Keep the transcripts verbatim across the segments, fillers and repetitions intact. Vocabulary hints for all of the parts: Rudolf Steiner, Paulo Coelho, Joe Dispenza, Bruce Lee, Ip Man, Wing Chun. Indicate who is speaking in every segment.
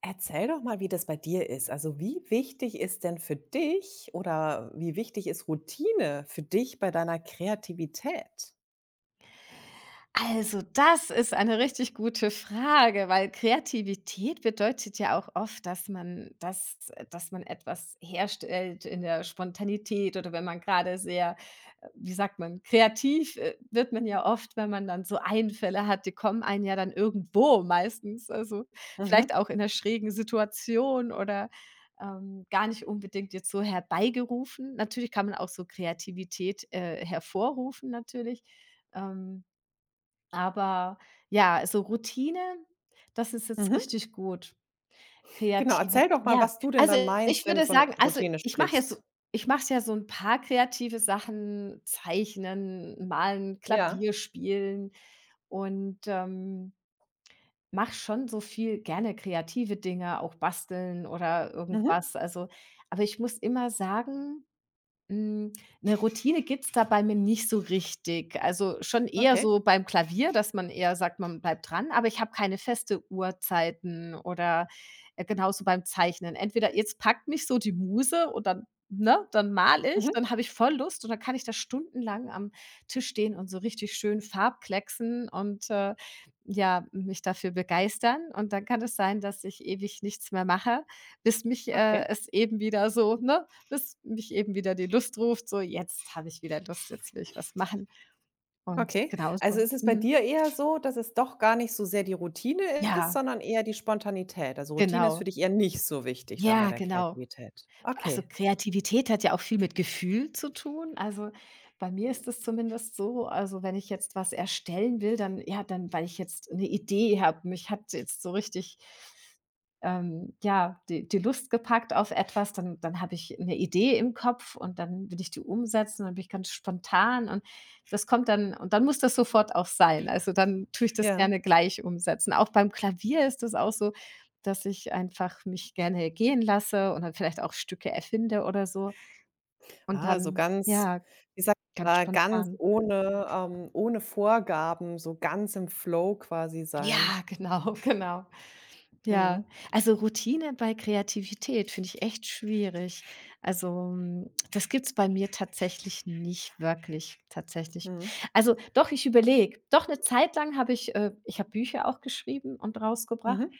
Speaker 1: Erzähl doch mal, wie das bei dir ist. Also, wie wichtig ist denn für dich oder wie wichtig ist Routine für dich bei deiner Kreativität?
Speaker 2: Also, das ist eine richtig gute Frage, weil Kreativität bedeutet ja auch oft dass man das dass man etwas herstellt in der Spontanität, oder wenn man gerade sehr, äh, wie sagt man, kreativ, äh, wird man ja oft, wenn man dann so Einfälle hat, die kommen einem ja dann irgendwo meistens, also, vielleicht
Speaker 1: Mhm.
Speaker 2: auch in einer schrägen Situation, oder, ähm, gar nicht unbedingt jetzt so herbeigerufen. Natürlich kann man auch so Kreativität, äh, hervorrufen natürlich, ähm aber ja, also Routine, das ist jetzt
Speaker 1: Mhm.
Speaker 2: richtig gut.
Speaker 1: Genau, erzähl
Speaker 2: Kreativität,
Speaker 1: doch mal,
Speaker 2: ja,
Speaker 1: was du denn
Speaker 2: also
Speaker 1: dann
Speaker 2: ich
Speaker 1: meinst, wenn du
Speaker 2: würde
Speaker 1: von
Speaker 2: sagen, also
Speaker 1: Routine
Speaker 2: ich mache ja so
Speaker 1: sprichst.
Speaker 2: ich mache ja so ein paar kreative Sachen, Zeichnen, Malen,
Speaker 1: Ja.
Speaker 2: Klavier spielen, und, ähm, mache schon so viel gerne kreative Dinge, auch basteln oder
Speaker 1: Mhm.
Speaker 2: irgendwas. Also, aber ich muss immer sagen, hm, 'ne Routine gibt's da bei mir nicht so richtig. Also, schon eher
Speaker 1: Okay.
Speaker 2: so beim Klavier, dass man eher sagt, man bleibt dran, aber ich habe keine feste Uhrzeiten oder, äh, genauso beim Zeichnen. Entweder jetzt packt mich so die Muse und dann, ne, dann male
Speaker 1: Mhm.
Speaker 2: ich, dann habe ich voll Lust und dann kann ich da stundenlang am Tisch stehen und so richtig schön farbklecksen und, äh, ja, mich dafür begeistern. Und dann kann es sein, dass ich ewig nichts mehr mache, bis mich, äh,
Speaker 1: Okay.
Speaker 2: es eben wieder so, ne, bis mich eben wieder die Lust ruft, so: „Jetzt habe ich wieder Lust, jetzt will ich was machen.“ Und
Speaker 1: Okay. Also
Speaker 2: genauso.
Speaker 1: ist es bei
Speaker 2: Mhm.
Speaker 1: dir eher so, dass es doch gar nicht so sehr die Routine ist,
Speaker 2: Ja,
Speaker 1: sondern eher die Spontanität? Also Routine ist für
Speaker 2: genau.
Speaker 1: dich eher nicht so wichtig dann bei
Speaker 2: Ja,
Speaker 1: der
Speaker 2: genau.
Speaker 1: Kreativität.
Speaker 2: Also,
Speaker 1: Okay,
Speaker 2: Kreativität hat ja auch viel mit Gefühl zu tun. Also, bei mir ist es zumindest so, also, wenn ich jetzt was erstellen will, dann, ja, dann weil ich jetzt eine Idee habe. Mich hat jetzt so richtig, ähm, ja, die die Lust gepackt auf etwas, dann dann habe ich eine Idee im Kopf und dann will ich die umsetzen, dann bin ich ganz spontan und das kommt dann und dann muss das sofort auch sein. Also, dann tue ich das
Speaker 1: ja.
Speaker 2: gerne gleich umsetzen. Auch beim Klavier ist das auch so, dass ich einfach mich gerne gehen lasse und dann vielleicht auch Stücke erfinde oder so und
Speaker 1: Ah, so
Speaker 2: dann,
Speaker 1: ganz,
Speaker 2: ja,
Speaker 1: wie sagt
Speaker 2: ganz
Speaker 1: man, da, ganz
Speaker 2: spontan.
Speaker 1: ohne, ähm, ohne Vorgaben, so ganz im Flow quasi sein.
Speaker 2: Ja, genau, genau. Ja,
Speaker 1: Mhm.
Speaker 2: also Routine bei Kreativität finde ich echt schwierig. Also, hm, das gibt's bei mir tatsächlich nicht wirklich, tatsächlich.
Speaker 1: Mhm.
Speaker 2: Also, doch, ich überlege. Doch, eine Zeit lang habe ich äh, ich habe Bücher auch geschrieben und rausgebracht.
Speaker 1: Mhm.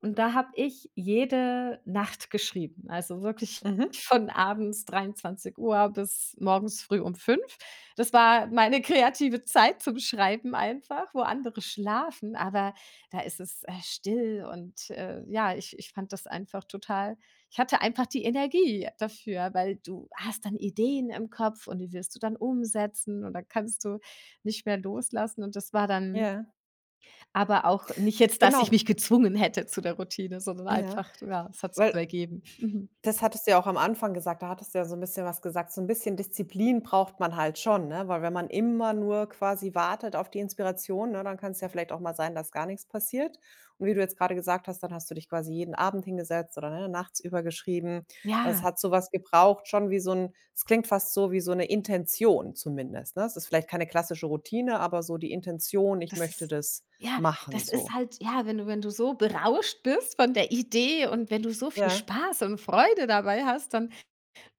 Speaker 2: Und da habe ich jede Nacht geschrieben, also wirklich
Speaker 1: Mhm.
Speaker 2: von abends dreiundzwanzig Uhr bis morgens früh um fünf. Das war meine kreative Zeit zum Schreiben einfach, wo andere schlafen, aber da ist es, äh, still, und, äh, ja, ich ich fand das einfach total, ich hatte einfach die Energie dafür, weil du hast dann Ideen im Kopf und die willst du dann umsetzen und dann kannst du nicht mehr loslassen, und das war dann
Speaker 1: Ja.
Speaker 2: aber auch nicht jetzt, dass ich
Speaker 1: Genau.
Speaker 2: mich gezwungen hätte zu der Routine, sondern
Speaker 1: Ja.
Speaker 2: einfach, ja, es hat sich so
Speaker 1: Weil
Speaker 2: ergeben. Mhm.
Speaker 1: das hattest du ja auch am Anfang gesagt, da hattest du ja so 'n bisschen was gesagt. So 'n bisschen Disziplin braucht man halt schon, ne? Weil wenn man immer nur quasi wartet auf die Inspiration, ne, dann kann's ja vielleicht auch mal sein, dass gar nix passiert. Und wie du jetzt grade gesagt hast, dann hast du dich quasi jeden Abend hingesetzt oder, ne, nachts über geschrieben. Also, es
Speaker 2: Ja,
Speaker 1: hat so was gebraucht, schon wie so 'n, es klingt fast so wie so 'ne Intention zumindest, ne? Es ist vielleicht keine klassische Routine, aber so die Intention: „Ich
Speaker 2: das
Speaker 1: möchte
Speaker 2: ist
Speaker 1: das
Speaker 2: ja,
Speaker 1: machen“,
Speaker 2: das ist
Speaker 1: so.
Speaker 2: halt, ja, wenn du wenn du so berauscht bist von der Idee und wenn du so viel
Speaker 1: Ja,
Speaker 2: Spaß und Freude dabei hast, dann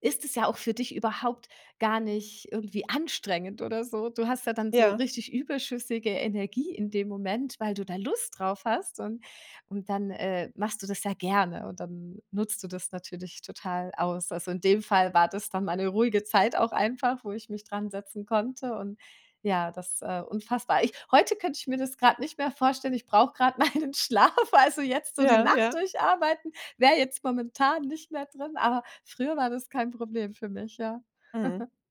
Speaker 2: ist es ja auch für dich überhaupt gar nicht irgendwie anstrengend oder so. Du hast ja dann so
Speaker 1: ja,
Speaker 2: richtig überschüssige Energie in dem Moment, weil du da Lust drauf hast, und und dann, äh, machst du das ja gerne, und dann nutzt du das natürlich total aus. Also, in dem Fall war das dann meine ruhige Zeit auch einfach, wo ich mich dran setzen konnte, und ja, das, äh, unfassbar. Ich heute könnte ich mir das gerade nicht mehr vorstellen. Ich brauche gerade meinen Schlaf, also, jetzt so die
Speaker 1: ja,
Speaker 2: Nacht
Speaker 1: ja.
Speaker 2: durcharbeiten wäre jetzt momentan nicht mehr drin, aber früher war das kein Problem für mich, ja.
Speaker 1: Mhm.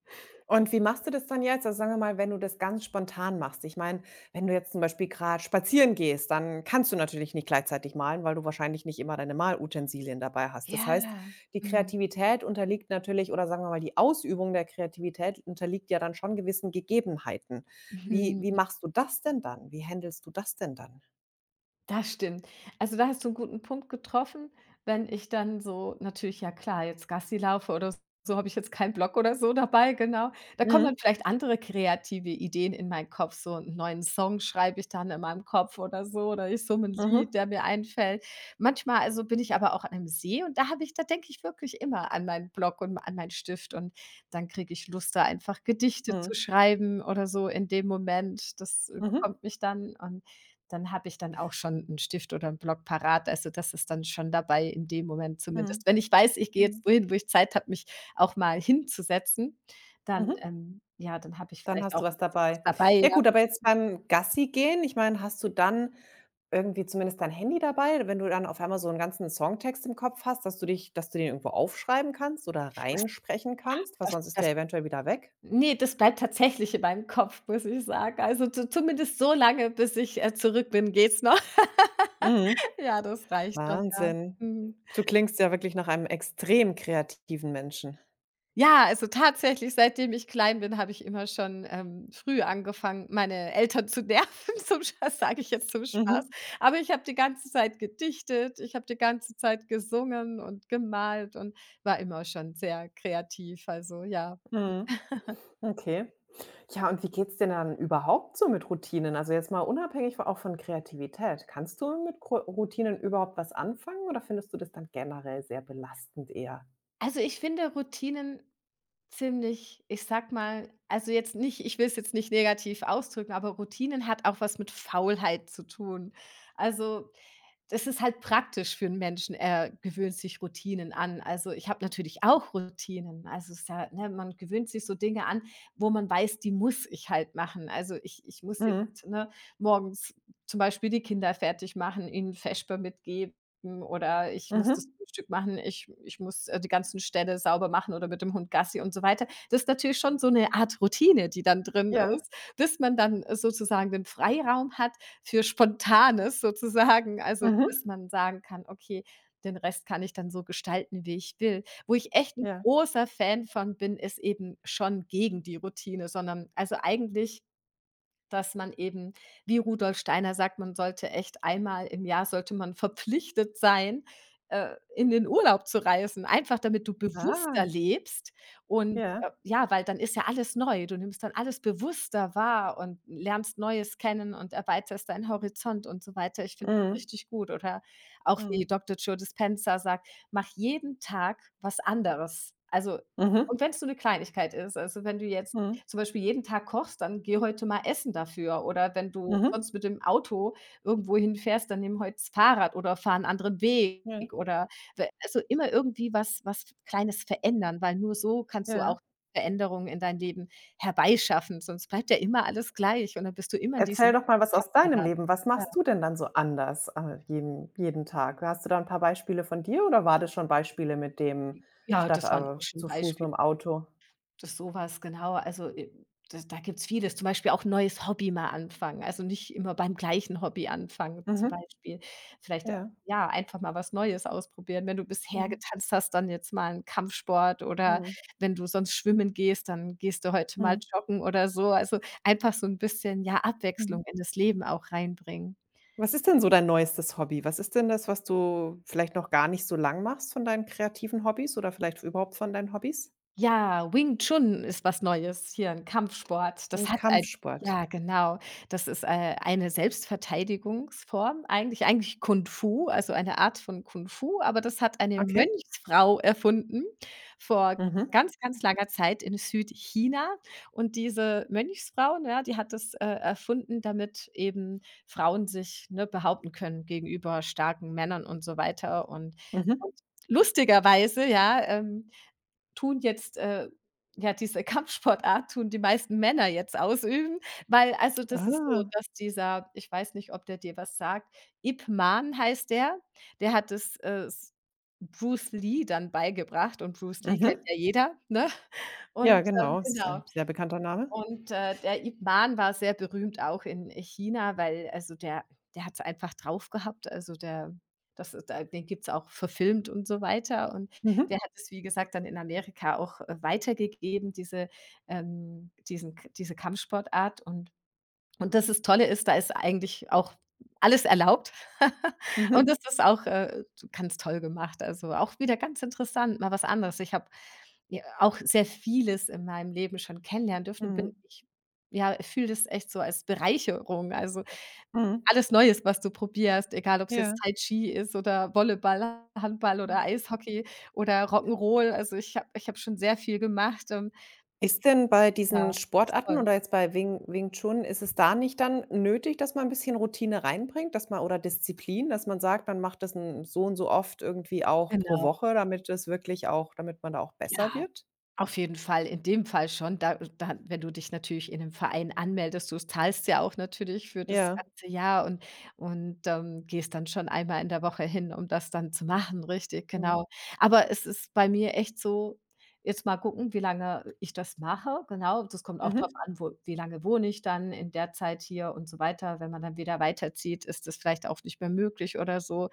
Speaker 1: Und wie machst du das dann jetzt? Also, sagen wir mal, wenn du das ganz spontan machst. Ich meine, wenn du jetzt zum Beispiel gerade spazieren gehst, dann kannst du natürlich nicht gleichzeitig malen, weil du wahrscheinlich nicht immer deine Malutensilien dabei hast. Das heißt,
Speaker 2: Ja.
Speaker 1: die
Speaker 2: Mhm.
Speaker 1: Kreativität unterliegt natürlich oder sagen wir mal, die Ausübung der Kreativität unterliegt ja dann schon gewissen Gegebenheiten. Wie
Speaker 2: Mhm.
Speaker 1: wie machst du das denn dann? Wie händelst du das denn dann?
Speaker 2: Das stimmt. Also, da hast du einen guten Punkt getroffen. Wenn ich dann so, natürlich, ja, klar, jetzt Gassi laufe oder so, habe ich jetzt keinen Block oder so dabei, genau. Da kommen dann
Speaker 1: Mhm.
Speaker 2: vielleicht andere kreative Ideen in meinen Kopf. So einen neuen Song schreibe ich dann in meinem Kopf oder so, oder ich summe ein
Speaker 1: Mhm.
Speaker 2: Lied, der mir einfällt. Manchmal also, bin ich aber auch an einem See, und da habe ich, da denke ich wirklich immer an meinen Block und an meinen Stift, und dann kriege ich Lust, da einfach Gedichte zu
Speaker 1: Mhm.
Speaker 2: schreiben oder so in dem Moment. Das
Speaker 1: Mhm.
Speaker 2: überkommt mich dann, und dann habe ich dann auch schon 'n Stift oder 'n Block parat. Also, das ist dann schon dabei in dem Moment zumindest.
Speaker 1: Mhm.
Speaker 2: Wenn ich weiß, ich gehe
Speaker 1: Mhm.
Speaker 2: jetzt wohin, wo ich Zeit habe, mich auch mal hinzusetzen, dann,
Speaker 1: Mhm.
Speaker 2: ähm ja, dann habe ich
Speaker 1: Dann
Speaker 2: vielleicht
Speaker 1: hast du
Speaker 2: auch 'n
Speaker 1: was
Speaker 2: bisschen was
Speaker 1: dabei.
Speaker 2: dabei,
Speaker 1: Ja
Speaker 2: ja.
Speaker 1: gut, aber jetzt beim Gassi gehen, ich meine, hast du dann irgendwie zumindest dein Handy dabei, wenn du dann auf einmal so 'n ganzen Songtext im Kopf hast, dass du dich dass du den irgendwo aufschreiben kannst oder
Speaker 2: Das
Speaker 1: reinsprechen kannst, weil
Speaker 2: das
Speaker 1: sonst ist
Speaker 2: das
Speaker 1: der eventuell wieder weg?
Speaker 2: ne, das bleibt tatsächlich in meinem Kopf, muss ich sagen. Also, zu zumindest so lange, bis ich, äh, zurück bin, geht's noch.
Speaker 1: Mhm.
Speaker 2: Ja, das reicht dann, ja.
Speaker 1: Wahnsinn.
Speaker 2: Mhm.
Speaker 1: Du klingst ja wirklich nach einem extrem kreativen Menschen.
Speaker 2: Ja, also tatsächlich, seitdem ich klein bin, habe ich immer schon, ähm, früh angefangen, meine Eltern zu nerven, zum Spaß, sage ich jetzt, zum Spaß.
Speaker 1: Mhm.
Speaker 2: Aber ich habe die ganze Zeit gedichtet, ich habe die ganze Zeit gesungen und gemalt, und war immer schon sehr kreativ, also ja.
Speaker 1: Mhm. Okay. Ja, und wie geht's denn dann überhaupt so mit Routinen? Also jetzt mal unabhängig von- auch von Kreativität. Kannst du mit Gro Routinen überhaupt was anfangen oder findest du das dann generell sehr belastend eher?
Speaker 2: Also, ich finde Routinen ziemlich, ich sag mal, also jetzt nicht ich will es jetzt nicht negativ ausdrücken, aber Routinen hat auch was mit Faulheit zu tun. Also, das ist halt praktisch für 'n Menschen, er gewöhnt sich Routinen an. Also, ich habe natürlich auch Routinen. Also, es ist ja, ne, man gewöhnt sich so Dinge an, wo man weiß, die muss ich halt machen. Also, ich ich muss
Speaker 1: Mhm.
Speaker 2: jetzt, ne, morgens zum Beispiel die Kinder fertig machen, ihnen Vesper mitgeben, oder ich muss das
Speaker 1: Mhm.
Speaker 2: Frühstück machen, ich ich muss, äh, die ganzen Ställe sauber machen oder mit dem Hund Gassi und so weiter. Das ist natürlich schon so 'ne Art Routine, die dann drin
Speaker 1: Ja.
Speaker 2: ist, bis man dann sozusagen den Freiraum hat, für Spontanes sozusagen. Also, dass
Speaker 1: Mhm.
Speaker 2: man sagen kann: „Okay, den Rest kann ich dann so gestalten, wie ich will.“ Wo ich echt ein
Speaker 1: Ja.
Speaker 2: großer Fan von bin, ist eben schon, gegen die Routine, sondern, also, eigentlich dass man eben, wie Rudolf Steiner sagt, man sollte echt einmal im Jahr sollte man verpflichtet sein, äh, in den Urlaub zu reisen, einfach damit du bewusster
Speaker 1: Ah,
Speaker 2: lebst und,
Speaker 1: ja.
Speaker 2: äh, ja, weil dann ist ja alles neu. Du nimmst dann alles bewusster wahr und lernst Neues kennen und erweiterst deinen Horizont und so weiter. Ich finde das
Speaker 1: Mhm.
Speaker 2: richtig gut, oder auch
Speaker 1: Mhm.
Speaker 2: wie Doktor Joe Dispenza sagt: „Mach jeden Tag was anderes.“ Also,
Speaker 1: Mhm.
Speaker 2: und wenn es nur eine Kleinigkeit ist. Also, wenn du jetzt
Speaker 1: Mhm.
Speaker 2: zum Beispiel jeden Tag kochst, dann geh heute mal essen dafür. Oder wenn du
Speaker 1: Mhm.
Speaker 2: sonst mit dem Auto irgendwo hinfährst, dann nimm heute das Fahrrad oder fahr 'n anderen Weg,
Speaker 1: Ja.
Speaker 2: oder we also, immer irgendwie was, was Kleines verändern, weil nur so kannst du
Speaker 1: Ja.
Speaker 2: auch Veränderungen in dein Leben herbeischaffen, sonst bleibt ja immer alles gleich und dann bist du immer in
Speaker 1: Erzähl
Speaker 2: diesem
Speaker 1: doch mal was aus deinem
Speaker 2: Hamsterrad.
Speaker 1: Leben. Was
Speaker 2: Ja.
Speaker 1: machst du denn dann so anders, äh, jeden, jeden Tag? Hast du da ein paar Beispiele von dir oder war das schon Beispiele mit dem
Speaker 2: Ja,
Speaker 1: statt
Speaker 2: das war 'n
Speaker 1: äh, zu Fuß
Speaker 2: Beispiel.
Speaker 1: mit dem Auto?
Speaker 2: Das, sowas was, genau. Also, äh, das da gibt's vieles, zum Beispiel auch 'n neues Hobby mal anfangen. Also, nicht immer beim gleichen Hobby anfangen, zum
Speaker 1: Mhm.
Speaker 2: Beispiel. Vielleicht, äh,
Speaker 1: Ja.
Speaker 2: ja, einfach mal was Neues ausprobieren. Wenn du bisher
Speaker 1: Mhm.
Speaker 2: getanzt hast, dann jetzt mal 'n Kampfsport, oder
Speaker 1: Mhm.
Speaker 2: wenn du sonst schwimmen gehst, dann gehst du heute
Speaker 1: Mhm.
Speaker 2: mal joggen oder so. Also, einfach so ein bisschen, ja,
Speaker 1: Mhm.
Speaker 2: Abwechslung in das Leben auch reinbringen.
Speaker 1: Was ist denn so dein neuestes Hobby? Was ist denn das, was du vielleicht noch gar nicht so lang machst von deinen kreativen Hobbys oder vielleicht überhaupt von deinen Hobbys?
Speaker 2: Ja, Wing Chun ist was Neues, hier 'n Kampfsport.
Speaker 1: 'N
Speaker 2: Das hat ein
Speaker 1: Kampfsport.
Speaker 2: Ja, genau. Das ist, äh, eine Selbstverteidigungsform, eigentlich eigentlich Kung Fu, also eine Art von Kung Fu, aber das hat eine
Speaker 1: Okay.
Speaker 2: Mönchsfrau erfunden vor
Speaker 1: Mhm.
Speaker 2: ganz, ganz langer Zeit in Südchina. Und diese Mönchsfrau, ne, die hat das, äh, erfunden, damit eben Frauen sich, ne, behaupten können gegenüber starken Männern und so weiter. Und
Speaker 1: Mhm.
Speaker 2: und lustigerweise, ja, ähm tun jetzt, äh, ja, diese Kampfsportart tun die meisten Männer jetzt ausüben, weil, also, das ist so,
Speaker 1: Ah.
Speaker 2: dass dieser, ich weiß nicht, ob der dir was sagt, Ip Man heißt der, der hat es, äh, s Bruce Lee dann beigebracht, und Bruce Lee kennt
Speaker 1: Mhm.
Speaker 2: ja jeder, ne?
Speaker 1: Ja,
Speaker 2: Und, ähm,
Speaker 1: genau, ist
Speaker 2: genau.
Speaker 1: ein sehr bekannter Name.
Speaker 2: Und, äh, der Ip Man war sehr berühmt auch in China, weil, also, der der hat es einfach drauf gehabt. Also, der das ist, da den gibt's auch verfilmt und so weiter. Und
Speaker 1: Mhm.
Speaker 2: der hat es, wie gesagt, dann in Amerika auch, äh, weitergegeben, diese, ähm, diesen diese Kampfsportart. Und und das ist Tolle ist, da ist eigentlich auch alles erlaubt. Und
Speaker 1: Mhm.
Speaker 2: das ist auch, äh, ganz toll gemacht. Also, auch wieder ganz interessant, mal was anderes. Ich habe ja auch sehr vieles in meinem Leben schon kennenlernen dürfen und bin
Speaker 1: Mhm.
Speaker 2: ich ja, fühle das echt so als Bereicherung. Also,
Speaker 1: Mhm.
Speaker 2: alles Neues, was du probierst, egal ob es
Speaker 1: Ja.
Speaker 2: jetzt Tai Chi ist oder Volleyball, Handball
Speaker 1: Ja.
Speaker 2: oder Eishockey oder Rock'n'Roll. Also, ich habe ich habe schon sehr viel gemacht. Ähm,
Speaker 1: Ist denn bei diesen
Speaker 2: ja, das ist
Speaker 1: Sportarten
Speaker 2: toll.
Speaker 1: oder jetzt bei Wing Wing Chun, ist es da nicht dann nötig, dass man ein bisschen Routine reinbringt, dass man oder Disziplin, dass man sagt, man macht das 'n so und so oft irgendwie auch pro
Speaker 2: Genau,
Speaker 1: Woche, damit es wirklich auch damit man da auch besser
Speaker 2: ja.
Speaker 1: wird?
Speaker 2: Auf jeden Fall, in dem Fall schon. Da da wenn du dich natürlich in 'nem Verein anmeldest, du zahlst ja auch natürlich für das
Speaker 1: Ja.
Speaker 2: ganze Jahr und und, ähm, gehst dann schon einmal in der Woche hin, um das dann zu machen, richtig,
Speaker 1: Mhm.
Speaker 2: genau. Aber es ist bei mir echt so, jetzt mal gucken, wie lange ich das mache, genau. Das kommt auch darauf
Speaker 1: Mhm.
Speaker 2: an, wo wie lange wohne ich dann in der Zeit hier und so weiter. Wenn man dann wieder weiterzieht, ist das vielleicht auch nicht mehr möglich oder so.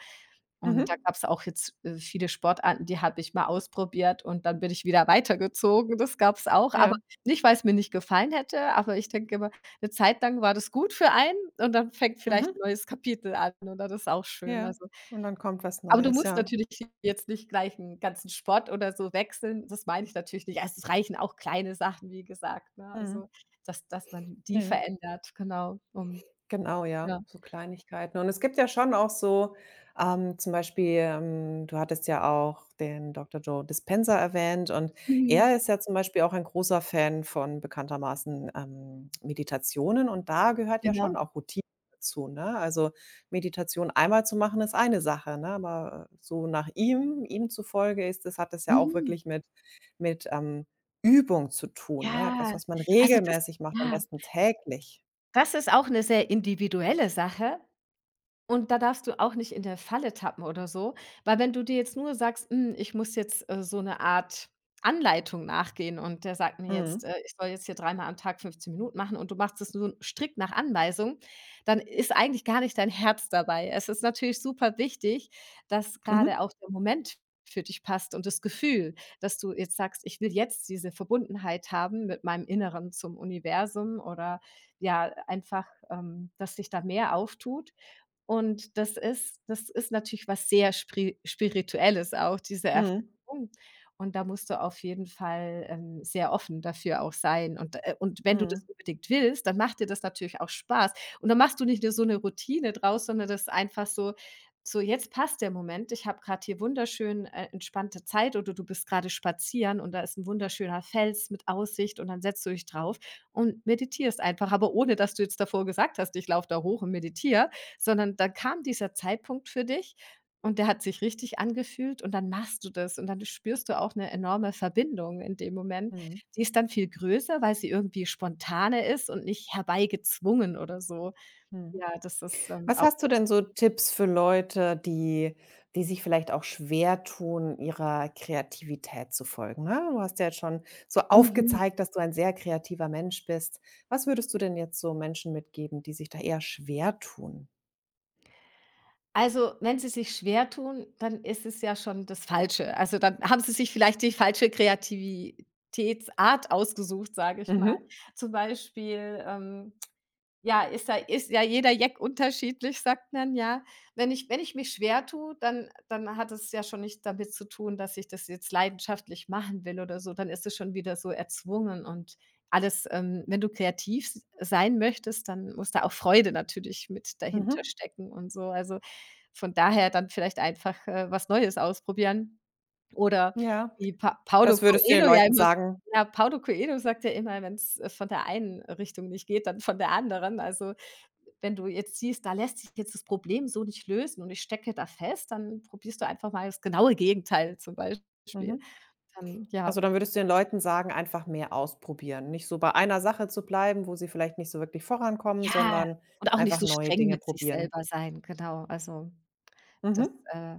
Speaker 2: Und da
Speaker 1: Mhm.
Speaker 2: gab's auch jetzt, äh, viele Sportarten, die habe ich mal ausprobiert und dann bin ich wieder weitergezogen. Das gab's auch, aber
Speaker 1: Ja.
Speaker 2: nicht, weil's mir nicht gefallen hätte, aber ich denke immer, 'ne Zeit lang war das gut für einen und dann fängt vielleicht
Speaker 1: Mhm.
Speaker 2: 'n neues Kapitel an und dann ist auch schön.
Speaker 1: Ja.
Speaker 2: Also,
Speaker 1: Und dann kommt was
Speaker 2: aber du
Speaker 1: Neues,
Speaker 2: musst
Speaker 1: ja.
Speaker 2: natürlich jetzt nicht gleich 'n ganzen Sport oder so wechseln, das meine ich natürlich nicht. Also, es reichen auch kleine Sachen, wie gesagt, ne?
Speaker 1: Mhm.
Speaker 2: Also, dass dass man die
Speaker 1: Ja.
Speaker 2: verändert, genau, um
Speaker 1: Genau, ja,
Speaker 2: ja.
Speaker 1: so Kleinigkeiten. Und es gibt ja schon auch so, ähm, zum Beispiel, ähm, du hattest ja auch den Doktor Joe Dispenza erwähnt und
Speaker 2: Mhm.
Speaker 1: er ist ja zum Beispiel auch ein großer Fan von bekanntermaßen, ähm, Meditationen und da gehört ja
Speaker 2: Genau.
Speaker 1: schon auch Routine dazu, ne? Also, Meditation einmal zu machen ist eine Sache, ne, aber so nach ihm ihm zufolge ist es hat es ja auch
Speaker 2: Mhm.
Speaker 1: wirklich mit mit, ähm, Übung zu tun, ne? Etwas,
Speaker 2: Ja,
Speaker 1: was man
Speaker 2: also das
Speaker 1: regelmäßig macht, am
Speaker 2: ja.
Speaker 1: besten täglich.
Speaker 2: Das ist auch eine sehr individuelle Sache. Und da darfst du auch nicht in der Falle tappen oder so, weil wenn du dir jetzt nur sagst: „Hm, ich muss jetzt, äh, so 'ne Art Anleitung nachgehen und der sagt mir jetzt,
Speaker 1: Mhm.
Speaker 2: äh, ich soll jetzt hier dreimal am Tag fünfzehn Minuten machen“ und du machst es nur strikt nach Anweisung, dann ist eigentlich gar nicht dein Herz dabei. Es ist natürlich super wichtig, dass grade
Speaker 1: Mhm.
Speaker 2: auch der Moment für dich passt und das Gefühl, dass du jetzt sagst: „Ich will jetzt diese Verbundenheit haben mit meinem Inneren zum Universum“ oder ja, einfach, ähm, dass sich da mehr auftut. Und das ist das ist natürlich was sehr spri Spirituelles auch, diese
Speaker 1: Mhm.
Speaker 2: Erfahrung. Und da musst du auf jeden Fall, ähm, sehr offen dafür auch sein. Und, äh und wenn du das
Speaker 1: Mhm.
Speaker 2: unbedingt willst, dann macht dir das natürlich auch Spaß. Und dann machst du nicht nur so eine Routine draus, sondern das ist einfach so so: „Jetzt passt der Moment. Ich habe gerade hier wunderschön, äh, entspannte Zeit“ oder du bist gerade spazieren und da ist ein wunderschöner Fels mit Aussicht und dann setzt du dich drauf und meditierst einfach, aber ohne dass du jetzt davor gesagt hast: „Ich laufe da hoch und meditiere“, sondern da kam dieser Zeitpunkt für dich und der hat sich richtig angefühlt und dann machst du das und dann spürst du auch eine enorme Verbindung in dem Moment.
Speaker 1: Mhm.
Speaker 2: Die ist dann viel größer, weil sie irgendwie spontane ist und nicht herbeigezwungen oder so.
Speaker 1: Mhm.
Speaker 2: Ja, das ist, ähm,
Speaker 1: Was
Speaker 2: auch
Speaker 1: hast du denn so Tipps für Leute, die die sich vielleicht auch schwer tun, ihrer Kreativität zu folgen, ne? Du hast ja jetzt schon so
Speaker 2: mhm.
Speaker 1: aufgezeigt, dass du ein sehr kreativer Mensch bist. Was würdest du denn jetzt so Menschen mitgeben, die sich da eher schwer tun?
Speaker 2: Also, wenn sie sich schwer tun, dann ist es ja schon das Falsche. Also, dann haben sie sich vielleicht die falsche Kreativitätsart ausgesucht, sage ich mal.
Speaker 1: Mhm.
Speaker 2: Zum Beispiel, ähm. Ja, ist ja ist ja jeder Jack unterschiedlich, sagt man ja. Wenn ich wenn ich mich schwer tue, dann dann hat es ja schon nicht damit zu tun, dass ich das jetzt leidenschaftlich machen will oder so. Dann ist es schon wieder so erzwungen und alles. Ähm, wenn du kreativ s sein möchtest, dann muss da auch Freude natürlich mit dahinter
Speaker 1: Mhm.
Speaker 2: stecken und so. Also, von daher dann vielleicht einfach, äh, was Neues ausprobieren. Oder
Speaker 1: Ja.
Speaker 2: wie Pa Paulo
Speaker 1: Das würdest du den
Speaker 2: Coelho ja
Speaker 1: Leuten
Speaker 2: immer s
Speaker 1: sagen.
Speaker 2: ja, Paulo Coelho sagt ja immer, wenn's, äh, von der einen Richtung nicht geht, dann von der anderen. Also, wenn du jetzt siehst, da lässt sich jetzt das Problem so nicht lösen und ich stecke da fest, dann probierst du einfach mal das genaue Gegenteil zum Beispiel.
Speaker 1: Mhm.
Speaker 2: Dann
Speaker 1: Also,
Speaker 2: ja.
Speaker 1: dann würdest du den Leuten sagen, einfach mehr ausprobieren. Nicht so bei einer Sache zu bleiben, wo sie vielleicht nicht so wirklich vorankommen,
Speaker 2: Ja,
Speaker 1: sondern
Speaker 2: und auch nicht
Speaker 1: einfach
Speaker 2: so
Speaker 1: neue
Speaker 2: streng
Speaker 1: Dinge
Speaker 2: mit sich
Speaker 1: probieren.
Speaker 2: selber sein, genau. Also, das,
Speaker 1: Mhm.
Speaker 2: äh.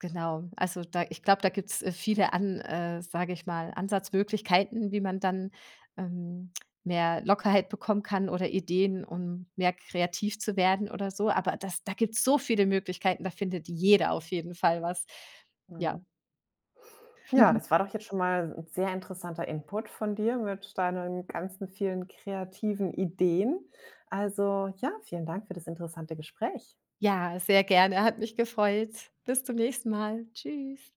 Speaker 2: Genau. Also, da ich glaube, da gibt's, äh, viele an äh, sage ich mal, Ansatzmöglichkeiten, wie man dann, ähm, mehr Lockerheit bekommen kann oder Ideen, um mehr kreativ zu werden oder so. Aber das, da gibt's so viele Möglichkeiten, da findet jeder auf jeden Fall was. Ja.
Speaker 1: Mhm. Ja, das war doch jetzt schon mal ein sehr interessanter Input von dir mit deinen ganzen vielen kreativen Ideen. Also, ja, vielen Dank für das interessante Gespräch.
Speaker 2: Ja, sehr gerne, hat mich gefreut. Bis zum nächsten Mal. Tschüss.